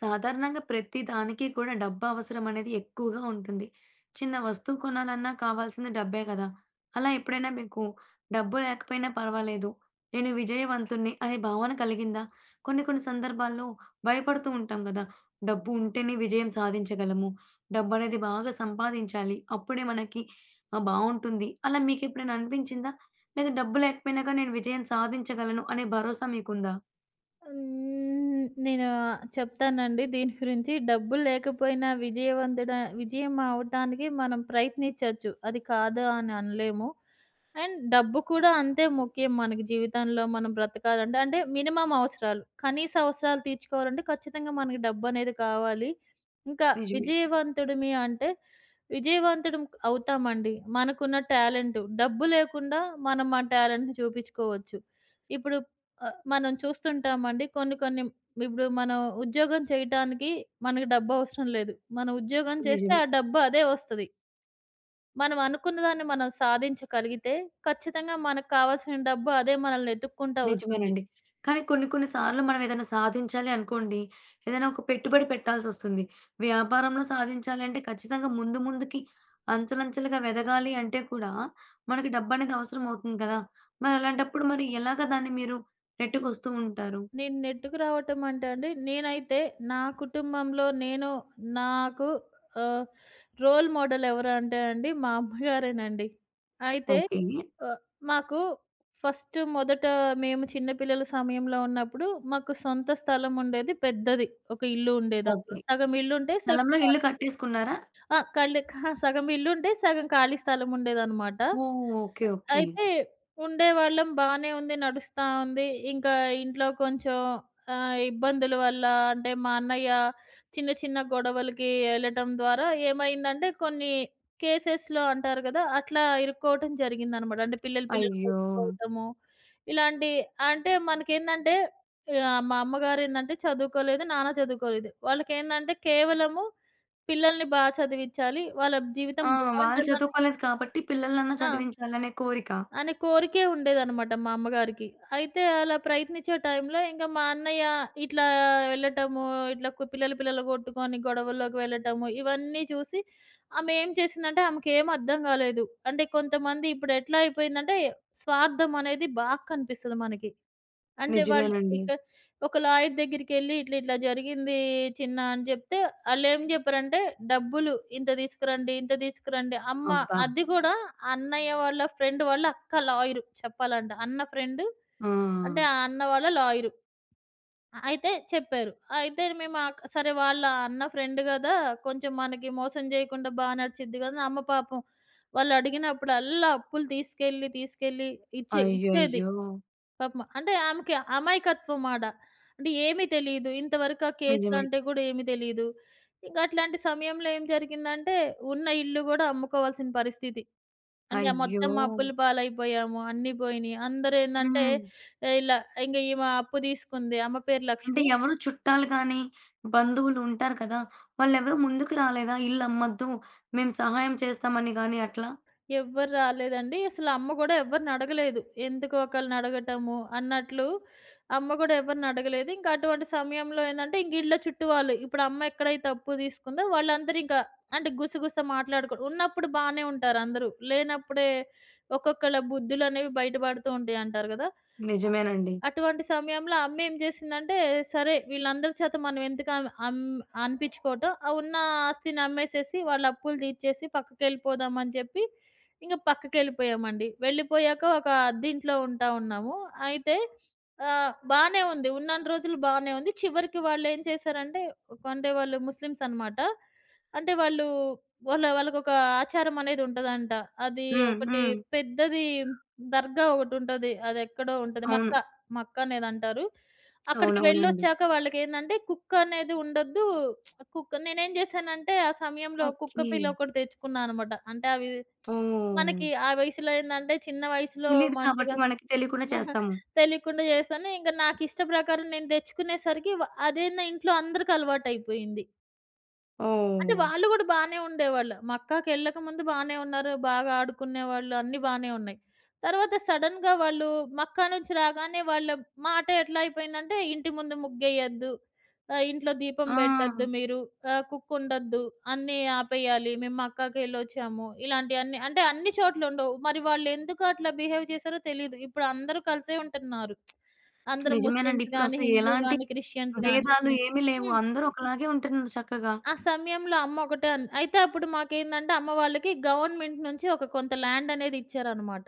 సాధారణంగా ప్రతి దానికి కూడా డబ్బు అవసరం అనేది ఎక్కువగా ఉంటుంది. చిన్న వస్తువు కొనాలన్నా కావాల్సింది డబ్బే కదా! అలా ఎప్పుడైనా మీకు డబ్బు లేకపోయినా పర్వాలేదు. నేను విజయవంతుడిని అనే భావన కలిగిందా? కొన్ని కొన్ని సందర్భాల్లో భయపడుతూ ఉంటాం కదా! డబ్బు ఉంటేనే విజయం సాధించగలము. డబ్బు అనేది బాగా సంపాదించాలి. అప్పుడే మనకి బావుంటుంది. అలా మీకెప్పుడైనా అనిపించిందా? లేదా డబ్బు లేకపోయినా గాని నేను విజయం సాధించగలను అనే భరోసా మీకుందా? హ్మ్. నేను చెప్తానండి దీని గురించి. డబ్బులు లేకపోయినా విజయం అవ్వటానికి మనం ప్రయత్నించొచ్చు. అది కాదు అని అనలేము. అండ్ డబ్బు కూడా అంతే ముఖ్యం మనకి జీవితంలో మనం బ్రతకాలంటే. అంటే మినిమమ్ అవసరాలు. కనీస అవసరాలు తీర్చుకోవాలంటే ఖచ్చితంగా మనకి డబ్బనేది కావాలి. ఇంకా నిజమే. అంటే విజయవంతుడం అవుతామండి. మనకున్న టాలెంట్. డబ్బు లేకుండా మనం మన టాలెంట్‌ని చూపించుకోవచ్చు. ఇప్పుడు మనం చూస్తుంటామండి కొన్ని కొన్ని ఇప్పుడు మనం ఉద్యోగం చేయటానికి మనకు డబ్బవసరం లేదు. మనం ఉద్యోగం చేస్తే నిజమే. ఆ డబ్బు అదే వస్తది. మనం అనుకున్న దాన్ని మనం సాధించగలిగితే, ఖచ్చితంగా మనకు కావాల్సిన డబ్బు అదే మనల్ని ఎతుక్కుంటా వస్తుంది. నిజమేనండి. కానీ కొన్ని కొన్ని సార్లు మనం ఏదైనా సాధించాలి అనుకోండి, ఏదైనా ఒక పెట్టుబడి పెట్టాల్సొస్తుంది. వ్యాపారంలో సాధించాలి అంటే ఖచ్చితంగా ముందు ముందుకి అంచెలంచెలుగా వెదగాలి అంటే కూడా మనకి డబ్బనేది అవసరం అవుతుంది కదా! మరి అలాంటప్పుడు మరి ఎలాగ దాన్ని మీరు నెట్టుకొస్తూ ఉంటారు? నేను నెట్టుకు రావటం అంటే అండి, నేనైతే నా కుటుంబంలో నేను నాకు ఆహ్, రోల్ మోడల్ ఎవరు అంటే అండి, మా అమ్మగారేనండి. అయితే ఓకే. ఆహ్, మాకు మొదట మేము చిన్న పిల్లల సమయంలో ఉన్నప్పుడు మాకు సొంత స్థలం ఉండేది పెద్దది. ఒక ఇల్లు ఉండేది అందులో. ఓకే. స్థలంలో ఇల్లు కట్టేసుకున్నారా? ఆ! కళ్ళే సగం ఇల్లుంటే సగం ఖాళీ స్థలం ఉండేదనమాట. ఓహ్! ఓకే. ఓకే. అయితే ఉండేవాళ్ళం. బానే ఉంది. నడుస్తా ఉంది. ఇంకా ఇంట్లో కొంచెం ఇబ్బందుల వల్ల అంటే మా అన్నయ్య చిన్న చిన్న గొడవలకి ఎళ్ళటం ద్వారా ఏమైందంటే కొన్ని కేసెస్‌లో అంటారు గదా! అట్లా ఇరుక్కోవటం జరిగిందనమాట. అంటే పిల్లలు పిల్లలు అయ్యో! కొట్టుకోవటము. ఇలాంటి అంటే మనకేందంటే మా అమ్మగారేందంటే చదువుకోలేదు. నాన్న చదువుకోలేదు. వాళ్ళకేందంటే కేవలము పిల్లల్ని బా చదివిచ్చాలి. వాళ్ళ జీవితం ఆ! వాళ్ళు బావుండాలని చదువుకోలేదు కాబట్టి పిల్లలనన్నా ఆ! చదివించాలనే కోరిక. అనే కోరికే ఉండేదనమాట మా అమ్మగారికి. అయితే అలా ప్రయత్నించే టైంలో ఇంక మా అన్నయ్య ఇట్లా వెళ్ళటము, ఇట్లా కు పిల్లలు పిల్లలు కొట్టుకొని గొడవల్లోకి వెళ్ళటము, ఇవన్నీ చూసి ఆమె ఏం చేసిందంటే ఆమెకేం అర్థం కాలేదు. అంటే కొంతమంది ఇప్పుడెట్లా అయిపోయిందంటే స్వార్థం అనేది బాగా కనిపిస్తది మనకి. అంటే వాళ్ళు నిజమేనండి. ఇక్కడ ఒక లాయర్ దగ్గరికెళ్ళి ఇట్లా ఇట్లా జరిగింది చిన్న అని చెప్తే ఆళ్ళేం చెప్పారంటే డబ్బులు ఇంత తీసుకురండి, ఇంత తీసుకురండి. అమ్మ అబ్బా! అది కూడా అన్నయ్య వాళ్ళ ఫ్రెండ్ వాళ్ళ అక్క లాయరు చెప్పాలంటే. అన్న ఫ్రెండ్ ఆ! అంటే ఆ అన్న వాళ్ళ లాయరు. అయితే చెప్పారు. అయితే మేము ఆక్ సరే వాళ్ళ అన్న ఫ్రెండ్ గదా! కొంచెం మనకి మోసం చేయకుండా బా నడిచిద్ది కదా! అమ్మ పాపం వాళ్ళు అడిగినప్పుడల్లా అప్పులు తీసుకెళ్ళి, తీసుకెళ్ళి ఇచ్చేది. అయ్యయ్యో! పాపం. అంటే ఆమెకి అమాయకత్వం ఆడ. అంటే ఏమీ తెలీదు. ఇంతవరకు ఆ నిజమే. కేసులంటే గూడా ఏమీ తెలీదు. ఇంక అట్లాంటి సమయంలో ఏం జరిగిందంటే, ఉన్న ఇల్లు గూడా అమ్ముకోవాల్సిన పరిస్థితి. అంటే ఆ అయ్యో! మొత్తం అప్పుల పాలైపోయాము. అన్నీ పోయినియి. అందరూ ఏందంటే, హ్మ్. ఇలా ఇంగ ఈమె అప్పు తీసుకుంది. ఆమె పేరు అంటే లక్ష్మి. ఎవరు చుట్టాలు గానీ, బంధువులు ఉంటారు కదా! వాళ్ళెవరు ముందుకు రాలేదా? ఇల్లు అమ్మొద్దు, మేము సహాయం చేస్తామని గానీ అట్లా? ఎవ్వరు రాలేదండి. అసలు అమ్మ గూడా ఎవ్వరిని అడగలేదు. ఎందుకు ఒకళ్ళని అడగటము అన్నట్లు అమ్మ గూడా ఎవరిని అడగలేదు. ఇంక అటువంటి సమయంలో ఏందంటే ఇంక ఇళ్ళ చుట్టూ వాళ్ళు ఇప్పుడు అమ్మ ఎక్కడైతే అప్పు తీసుకుందో వాళ్ళందరూ ఇంకా అంటే గుసగుస మాట్లాడుకోవడం ఉన్నప్పుడు బానే ఉంటారు అందరూ. లేనప్పుడే ఒక్కొక్కళ్ళ బుద్ధులనేవి బయట పడుతూ ఉంటాయి అంటారు గదా! నిజమేనండి. అటువంటి సమయంలో అమ్మేం జేసిందంటే, సరే వీళ్ళందరి చేత మనం ఎందుకు అం అం అనిపిచ్చుకోవటం, ఆ ఉన్న ఆస్తిని అమ్మేసేసి వాళ్ళ అప్పులు తీర్చేసి పక్కకెళ్ళిపోదాం అని జెప్పి, ఇంక పక్కకెళ్ళిపోయామండి. వెళ్ళిపోయాక ఒక అద్దింట్లో ఉంటా ఉన్నాము. అయితే బానే ఉంది. ఉన్నన్ని రోజులు బానే ఉంది. చివరికి వాళ్ళేం చేశారంటే, ఒక అంటే వాళ్ళు ముస్లిమ్స్ అనమాట. అంటే వాళ్ళు వాళ్ళ వాళ్ళకొక ఆచారం అనేది ఉంటదంట. అది హ్మ్. ఒకటి హ్మ్. పెద్దది దర్గా ఒకటుంటది. అదెక్కడో ఉంటది. అవును. మక్కా. మా అక్కనేదంటారు. అక్కడికి అవునవునండి. వెళ్ళొచ్చాక వాళ్ళకేందంటే కుక్కనేది ఉండొద్దు. కుక్క నేనేం జేశానంటే, ఆ సమయంలో కుక్క ఓకే. పిల్ల ఒకటి తెచ్చుకున్నా అనమాట. అంటే అవి ఓహ్! మనకి ఆ వయసులో ఏందంటే, చిన్న వయసులో తెలీదు కాబట్టి మంచిగా మనకి తెలియకుండా చేస్తాము. తెలియకుండా జేశాను. ఇంక నాకు ఇష్ట ప్రకారం నేను దెచ్చుకునేసరికి అదేందో ఇంట్లో అందరికి అలవాటయిపోయింది. అంటే ఓహ్! వాళ్ళు గూడా బానే ఉండేవాళ్ళు. మక్కాకెళ్ళక ముందు బానే ఉన్నారు. బాగా ఆడుకునేవాళ్ళు. అన్నీ బానే ఉన్నాయి. తర్వాత సడెన్‌గా వాళ్ళు మక్కా నుంచి రాగానే వాళ్ళ మాట ఎట్లా అయిపోయిందంటే, ఇంటి ముందు ముగ్గేయొద్దు. ఇంట్లో దీపం ఆ! పెట్టొద్దు మీరు. కుక్ ఉండొద్దు. అన్నీ ఆపేయాలి. మేము మక్కాకెళ్ళొచ్చాము. ఇలాంటియన్నీ అంటే అన్ని చోట్లుండవు. మరి వాళ్ళెందుకు అట్లా బిహేవ్ చేశారో తెలీదు. ఇప్పుడు అందరూ కలిసే ఉంటున్నారు. అందరూ నిజమేనండి. ముస్లిమ్స్ గాని, ఇప్పుడసలు హిందూ ఎలాంటి గాని, క్రిస్టియన్స్ గాని. భేదాలు ఏమీ లేవు. హ్మ్. అందరూ ఒకలాగే ఉంటున్నారు చక్కగా. ఆ సమయంలో అమ్మ ఒకటే అయితే అప్పుడు మాకేందంటే అమ్మ వాళ్ళకి గవర్నమెంట్ నుంచి ఒక కొంత ల్యాండ్ అనేది ఇచ్చారనమాట.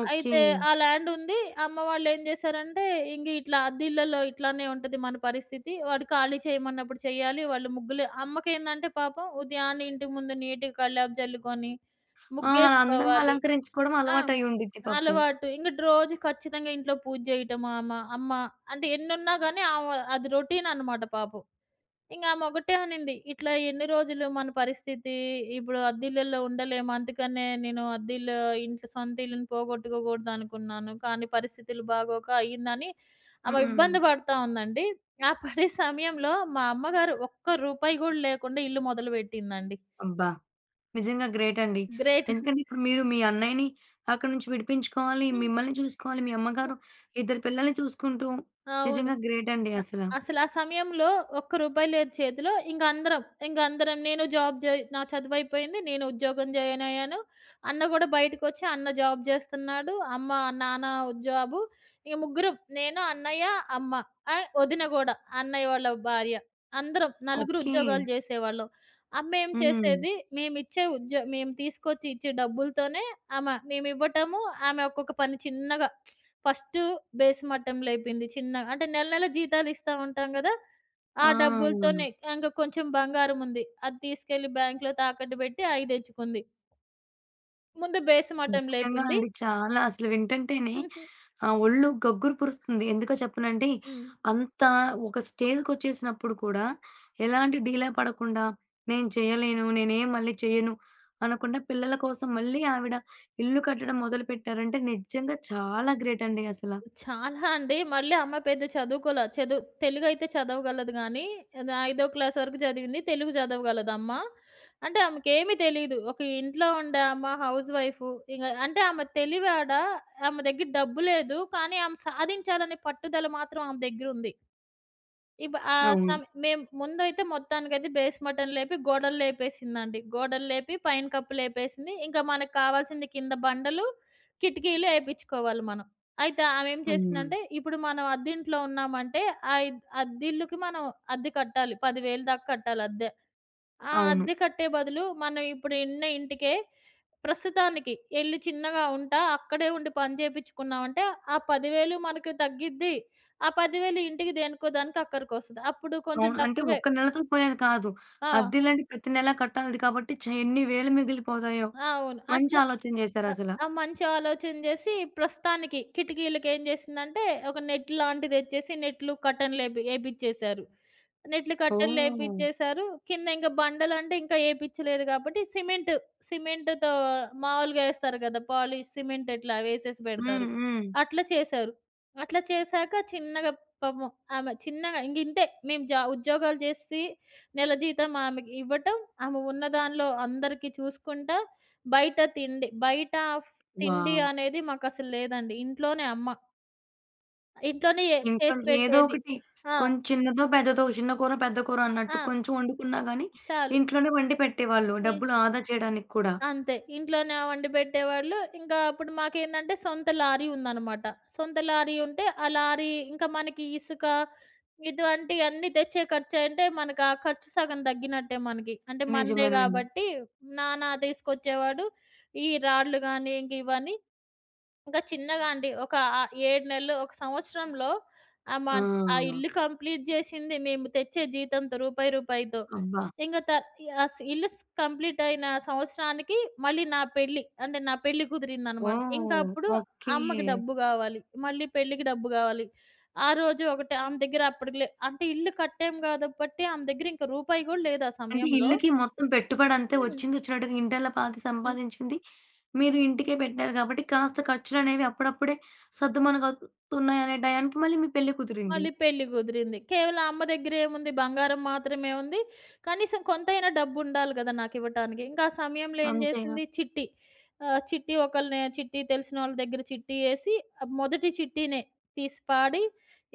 ఓకే. అయితే ఆ ల్యాండ్ ఉంది. అమ్మ వాళ్ళేం జేశారంటే, ఇంగ ఇట్లా అద్దిళ్ళలో ఇట్లానే ఉంటది మన పరిస్థితి. వాడు ఖాళీ చేయమన్నప్పుడు చేయాలి. వాళ్ళు ముగ్గులు అమ్మకేందంటే పాపం ఉదయాన్నే ఇంటి ముందు నీట్‌గా కల్లాపు జల్లుకొని, ఆ! అందరం ముగ్గేసుకోవాలి. అలంకరించుకోవడం ఆ! అలవాటయ్యి ఉండిద్ది పాపం. అలవాటు. ఇంగటి రోజు ఖచ్చితంగా ఇంట్లో పూజ జేయటం అమ్మ అంటే ఎన్నున్నా గానీ అది రొటీననమాట పాపం. ఇంక ఆమొకటే అనింది. "ఇట్లా ఎన్ని రోజులు మన పరిస్థితి? ఇప్పుడు అద్దిల్లుల్లో ఉండలేము. అందుకనే నేను అద్దిల్లు ఇంట్లో సొంత ఇల్లుని పోగొట్టుకోకూడదనుకున్నాను. కానీ పరిస్థితులు బాగోక అయిందని" ఆమె హ్మ్. ఇబ్బంది పడతా ఉందండి. ఆ పడే సమయంలో మా అమ్మగారు ఒక్క రూపాయి గూడా లేకుండా ఇల్లు మొదలుపెట్టిందండి. అబ్బా! నిజంగా గ్రేట్ అండి. గ్రేట్. ఎందుకంటే ఇప్పుడు మీరు మీ అన్నయ్యని అక్కడి నుంచి విడిపించుకోవాలి, హ్మ్. మిమ్మల్ని చూసుకోవాలి, మీ అమ్మగారు ఇద్దరు పిల్లల్ని చూసుకుంటూ అవును. నిజంగా గ్రేట్ అండి అసల. అసలు ఆ సమయంలో ఒక్క రూపాయి లేదు చేతిలో. ఇంక అందరం, ఇంక అందరం నేను జాబ్ జే నా చదువయిపోయింది. నేను ఉద్యోగం జాయిన్ అయ్యాను. అన్న గూడా బయటకొచ్చి అన్న జాబ్ జేస్తున్నాడు. అమ్మ, నాన్న జాబు. ఇక ముగ్గురం నేను, అన్నయ్య, అమ్మ వదిన గూడా అన్నయ్య వాళ్ళ భార్య. అందరం నలుగురు ఓకే. ఉద్యోగాలు జేసేవాళ్ళం. అమ్మ ఏం హ్మ్. చేసేది మేమిచ్చే ఉద్యో మేము తీసుకొచ్చి ఇచ్చే డబ్బులతోనే ఆమె మేమివ్వటము, ఆమె ఒక్కొక్క పని చిన్నగా ఫస్ట్ బేస్ మట్టంలో అయిపోయింది. చిన్నగా అంటే నెల నెల జీతాలు ఇస్తా ఉంటాం గదా! ఆ! ఆ డబ్బులతోనే ఇంక కొంచెం బంగారం ఉంది. అది తీసుకెళ్ళి బ్యాంక్‌లో తాకట్టు పెట్టి అయి తెచ్చుకుంది. ముందు బేస్ మట్టంలో నిజంగా అయిపోయింది. అండి. చాలా అసలు వింటంటేనే ఆ! ఒళ్ళు గగ్గురు పురుస్తుంది. ఎందుకో చెప్పనండి, హ్మ్. అంత ఒక స్టేజ్‌కొచ్చేసినప్పుడు కూడా ఎలాంటి డీలా పడకుండా, నేను చేయలేను, నేనేం మళ్ళీ చేయను అనకుండా పిల్లల కోసం మళ్ళీ ఆవిడ ఇల్లు కట్టడం మొదలుపెట్టారంటే నిజంగా చాలా గ్రేట్ అండి అసల. చాలా అండి. మళ్ళీ ఆ అమ్మాయి పెద్ద చదువుకోల. చదువు తెలుగైతే చదవగలదు గానీ, అది ఐదో క్లాస్ వరకు చదివింది. తెలుగు చదవగలదు అమ్మ. అంటే ఆమెకేమి తెలీదు. ఒక ఇంట్లో ఉండే అమ్మ హౌస్ వైఫ్. ఇంగ అంటే ఆమె తెలివాడ, ఆమె దగ్గర డబ్బు లేదు. కానీ ఆమె సాధించాలనే పట్టుదల మాత్రం ఆమె దగ్గరుంది. ఇబ్ ఆహ్, అవును. సం మేము ముందైతే మొత్తానికైతే బేస్ మటన్ లేపి గోడలు లేపేసిందండి. గోడలు లేపి పైన కప్పులేపేసింది. ఇంకా మనకు కావాల్సింది కింద బండలు, కిటికీలు ఏపిచ్చుకోవాలి మనం. అయితే ఆమేం హ్మ్. చేసిందంటే, ఇప్పుడు మనం అద్దింట్లో ఉన్నామంటే, ఆ ఇద్ అద్దిల్లుకి మనం అద్దె కట్టాలి. 10,000 దాకా కట్టాలి అద్దె. ఆ అవును. అద్దె కట్టే బదులు మనం ఇప్పుడు ఉన్న ఇంటికే ప్రస్తుతానికి ఎళ్లి చిన్నగా ఉంటా, అక్కడే ఉండి పని చేపిచ్చుకున్నామంటే ఆ 10,000 మనకి తగ్గిద్ది. ఆ 10,000 ఇంటికి దేనికో దానికి అక్కరకొస్తది. అప్పుడు కొంచెం అవును. అంటే తక్కువే. ఒక్క నెలతో పోయేది కాదు. ఆ! అద్దెలంటే ప్రతి నెలా కట్టాలిది కాబట్టి ఛ! ఎన్ని వేలు మిగిలిపోతాయో. ఆ, అవును. మంచి అట్ల ఆలోచన ఆ! చేశారసల. ఆ! మంచి ఆలోచన జేసి ప్రస్తుతానికి కిటికీలకేం జేసిందంటే, ఒక నెట్ లాంటిదెచ్చేసి నెట్లు, కర్టెన్‌లేపి ఏపిచ్చేశారు. నెట్లు, ఓహ్! కర్టెన్‌లేపిచ్చేశారు. కింద ఇంక బండలంటే ఇంకా ఏపిచ్చలేదు గాబట్టి సిమెంటు, సిమెంటుతో మామూలుగా ఏస్తారు గదా! పాలిష్, సిమెంట్ ఇట్లా వేసేసి హ్మ్. బెడతారు. హ్మ్. అట్లా చేశారు. అట్లా చేశాక చిన్నగా పాపం ఆమె చిన్నగా ఇంగింతే మేము ఉద్యోగాలు జేసి నెల జీతం ఆమెకి ఇవ్వటం, ఆమె ఉన్న దానిలో అందరికీ చూసుకుంటా బయట తిండి వావ్! అనేది మాకసలు లేదండి. ఇంట్లోనే అమ్మ. ఇంట్లోనే ఏ ఇంట్లో చేసి ఏదో పెట్టేది. ఒకటి ఆ! కొంచెం చిన్నదో, పెద్దదో చిన్న కూర, పెద్ద కూర అన్నట్టు ఆ! కొంచెం వండుకున్నా గానీ, చాలు. ఇంట్లోనే వండి పెట్టేవాళ్ళు. ఎ డబ్బులు ఆదా చేయడానికి కూడా. అంతే. ఇంట్లోనే వండి పెట్టేవాళ్ళు. ఇంకా అప్పుడు మాకేందంటే సొంత లారీ ఉందనమాట. సొంత లారీ ఉంటే ఆ లారీ ఇంకా మనకి ఇసుక ఇటువంటియన్నీ తెచ్చే ఖర్చంటే మనకు ఆ ఖర్చు సగం తగ్గినట్టే మనకి. అంటే మనదే నిజమేనండి. గాబట్టి నాన్న తీసుకొచ్చేవాడు. ఈ రాడ్లు గాని, ఇంక ఇవన్నీ ఇంకా చిన్నగా అండి. ఒక 7 నెలలు, ఒక సంవత్సరంలో ఆహ్, మా ఆ! ఆ ఇల్లు కంప్లీట్ జేసింది మేము తెచ్చే జీతంతో రూపాయి, రూపాయితో. అబ్బా! ఇంక త ఆహ్, స్ ఇల్లు కంప్లీట్ అయిన సంవత్సరానికి మళ్ళీ నా పెళ్లి. అంటే నా పెళ్లి కుదిరిందనమాట. ఇంకా ఓహ్! అప్పుడు ఓకే. అమ్మకి డబ్బు గావాలి. మళ్ళీ పెళ్ళికి డబ్బు గావాలి. ఆ రోజు ఒకటి ఆమె దగ్గర అప్పటికి అంటే ఇల్లు కట్టాం గాబట్టి ఆమె దగ్గర ఇంక రూపాయి గూడా లేదు ఆ అంటే సమయంలో. ఇల్లుకి మొత్తం పెట్టుబడంతే హ్మ్. వచ్చిందొచ్చినట్టుగా ఇంటల్లా పాతి హ్మ్. సంపాదించింది మీరు ఇంటికే పెట్టారు కాబట్టి, కాస్త ఖర్చులనేవి అప్పుడప్పుడే సద్దుమణుగవుతున్నాయనే టయానికి మళ్ళీ మీ పెళ్లి కుదిరింది. మళ్ళీ పెళ్లి కుదిరింది. కేవలం అమ్మ దగ్గరేముంది బంగారం మాత్రమే ఉంది. కనీసం కొంతైనా డబ్బుండాలి గదా! నాకివ్వటానికి. ఇంకా ఆ సమయంలో ఏం అంతేగా. జేసింది చిట్టి. చిట్టి ఒకళ్ళని చిట్టి తెలిసినోళ్ళ దగ్గర చిట్టి యేసి మొదటి చిట్టీనే తీసి పాడి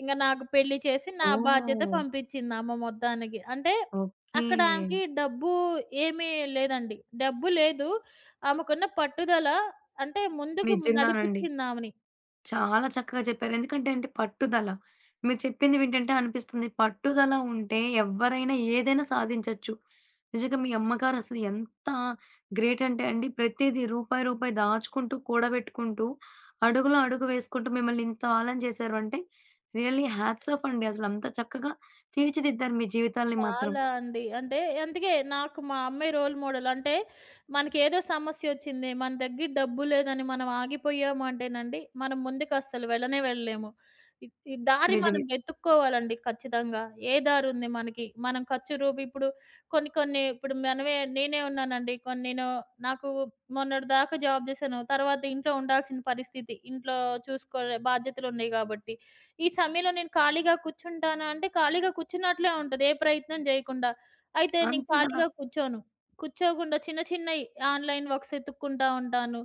ఇంగ నాకు పెళ్లి చేసి నా బాధ్యత ఓహ్! పంపించింది అమ్మ మొత్తానికి. అంటే ఓకే. అక్కడ ఆమెకి డబ్బు ఏమీ లేదండి. డబ్బు లేదు. ఆమెకున్న పట్టుదల అంటే ముందుకు నిజంగానండి. నడిపిచ్చిందామెని. చాలా చక్కగా చెప్పారు. ఎందుకంటే పట్టుదల. మీరు చెప్పింది వింటుంటే అనిపిస్తుంది పట్టుదల ఉంటే ఎవ్వరైనా ఏదైనా సాధించొచ్చు. నిజంగా మీ అమ్మగారు అసలు ఎంత గ్రేట్ అంటే అండి ప్రతీది రూపాయి, రూపాయి దాచుకుంటూ, కూడబెట్టుకుంటూ, అడుగులో అడుగు వేసుకుంటూ మిమ్మల్ని ఇంత వాళ్ళని చేశారు అంటే రియల్లీ హ్యాట్స్ ఆఫ్ అండి. అసలంత చక్కగా తీర్చిదిద్దారు మీ జీవితాల్ని మాత్రం. చాలా అండి. అంటే అందుకే నాకు మా అమ్మాయి రోల్ మోడల్. అంటే మనకేదో సమస్యొచ్చింది. మన దగ్గర డబ్బు లేదని మనం ఆగిపోయాము అంటేనండి, మనం ముందుకస్సలు వెళ్ళనే వెళ్ళలేము. ఈ ఈ దారి మనం నిజమే. వెతుక్కోవాలండి ఖచ్చితంగా. ఏ దారుంది మనకి? మనం ఖర్చు రూపు ఇప్పుడు కొన్ని కొన్ని ఇప్పుడు నేనే ఉన్నానండి. కొన్ని నేను నాకు మొన్నటి దాకా జాబ్ చేశాను. తర్వాత ఇంట్లో ఉండాల్సిన పరిస్థితి. ఇంట్లో చూసుకోలే బాధ్యతలున్నాయి గాబట్టి. ఈ సమయంలో నేను ఖాళీగా కూర్చుంటానా అంటే, ఖాళీగా కూర్చున్నట్లే ఉంటది. ఏ ప్రయత్నం జేయకుండా. అయితే నేను అంతే కదా! ఖాళీగా కూర్చోను. కూర్చోకుండా చిన్న చిన్నయి ఆన్‌లైన్ వర్క్స్ ఎతుక్కుంటా ఉంటాను.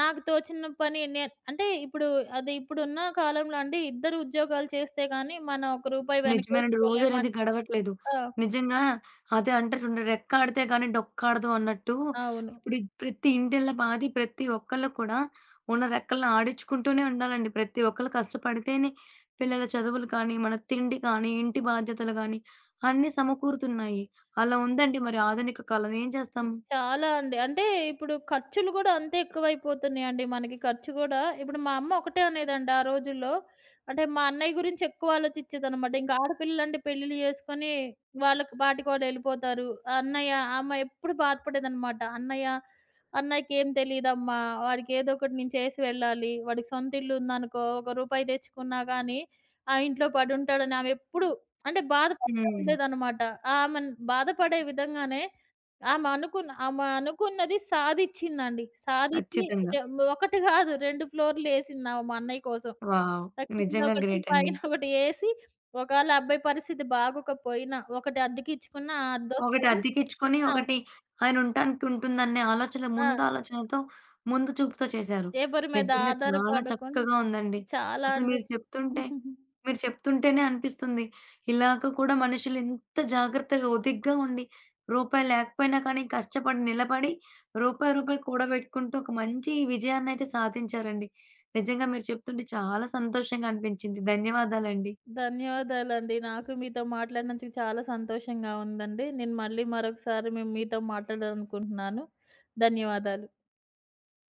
నాకు తోచిన పని నే అంటే ఇప్పుడు అది ఇప్పుడున్న కాలంలో అండి ఇద్దరు ఉద్యోగాలు చేస్తే గాని, మనం ఒక రూపాయి నిజమేనండి. రోజనేది వెనకేసుకోలేమంట గడవట్లేదు. ఆ! నిజంగా అదే అంటారు చూడండి. రెక్కాడితే గాని డొక్కాడదు అన్నట్టు. అవును. ఇప్పుడు ఈ ప్రతి ఇంటిల్ల పాది ప్రతి ఒక్కళ్ళు కూడా ఉన్న రెక్కలను ఆడించుకుంటూనే ఉండాలండి. ప్రతి ఒక్కళ్ళు కష్టపడితేనే పిల్లల చదువులు కానీ, మన తిండి కానీ, ఇంటి బాధ్యతలు గాని అన్నీ సమకూరుతున్నాయి. అలా ఉందండి మరి ఆధునిక కాలం. ఏం చేస్తాం? చాలా అండి. అంటే ఇప్పుడు ఖర్చులు గూడా అంతే ఎక్కువైపోతున్నాయండి మనకి. ఖర్చు గూడా ఇప్పుడు మా అమ్మ ఒకటే అనేదండి ఆ రోజుల్లో. అంటే మా అన్నయ్య గురించి ఎక్కువ ఆలోచిచ్చేదనమాట. ఇంక ఆడపిల్లలంటే పెళ్ళిళ్ళు చేసుకొని వాళ్ళకి పాటికి వాళ్ళెళ్ళిపోతారు. అన్నయ్య ఆ అమ్మ ఎప్పుడు బాధపడేదనమాట. అన్నయ్యకేం తెలీదమ్మా. వాడికేదో ఒకటి నేను చేసి వెళ్ళాలి. వాడికి సొంత ఇల్లు ఉందనుకో ఒక రూపాయి తెచ్చుకున్నా గానీ ఆ ఇంట్లో పడుంటాడని ఆమె ఎప్పుడు అంటే బాధపడతా హ్మ్. ఉండేదనమాట. ఆమెను బాధపడే విధంగానే ఆమె అనుకున్నది సాధిచ్చిందండి. సాధిచ్చి ఖచ్చితంగా. రె ఒకటి గాదు 2 ఫ్లోర్‌లేసిందామె మా అన్నయ్య కోసం. వావ్! నిజంగా కిందొకటి, గ్రేట్ అండి. పైనొకటి ఏసి ఒకాళ అబ్బాయి పరిస్థితి బాగోకపోయినా, ఒకటి అద్దెకిచ్చుకున్నా ఆ ఒకటి అద్దొస్తది. అద్దెకిచ్చుకొని, ఆ! ఒకటి ఆయన ఉండటానికి ఉంటుందనే ఆలోచన ఆ! ముందు ఆలోచనతో, ముందు చూపుతో చేశారు. ఎవరి మీద నిజంగా చాలా ఆధారపడకుండా చక్కగా ఉందండి. చాలా అసలు అండి. మీరు చెప్తుంటే, మీరు చెప్తుంటేనే అనిపిస్తుంది. ఇలాగ కూడా మనుషులు ఇంత జాగ్రత్తగా ఒదిగ్గా ఉండి, రూపాయి లేకపోయినా కానీ కష్టపడి నిలబడి, రూపాయి, రూపాయి కూడబెట్టుకుంటూ ఒక మంచి విజయాన్నైతే సాధించారండి. నిజంగా మీరు చెప్తుంటే చాలా సంతోషంగా అనిపించింది. ధన్యవాదాలండి. ధన్యవాదాలండి. నాకు మీతో మాట్లాడినందుకు చాలా సంతోషంగా ఉందండి. నేను మళ్ళీ మరొకసారి మేము మీతో మాట్లాడాలనుకుంటున్నాను. ధన్యవాదాలు.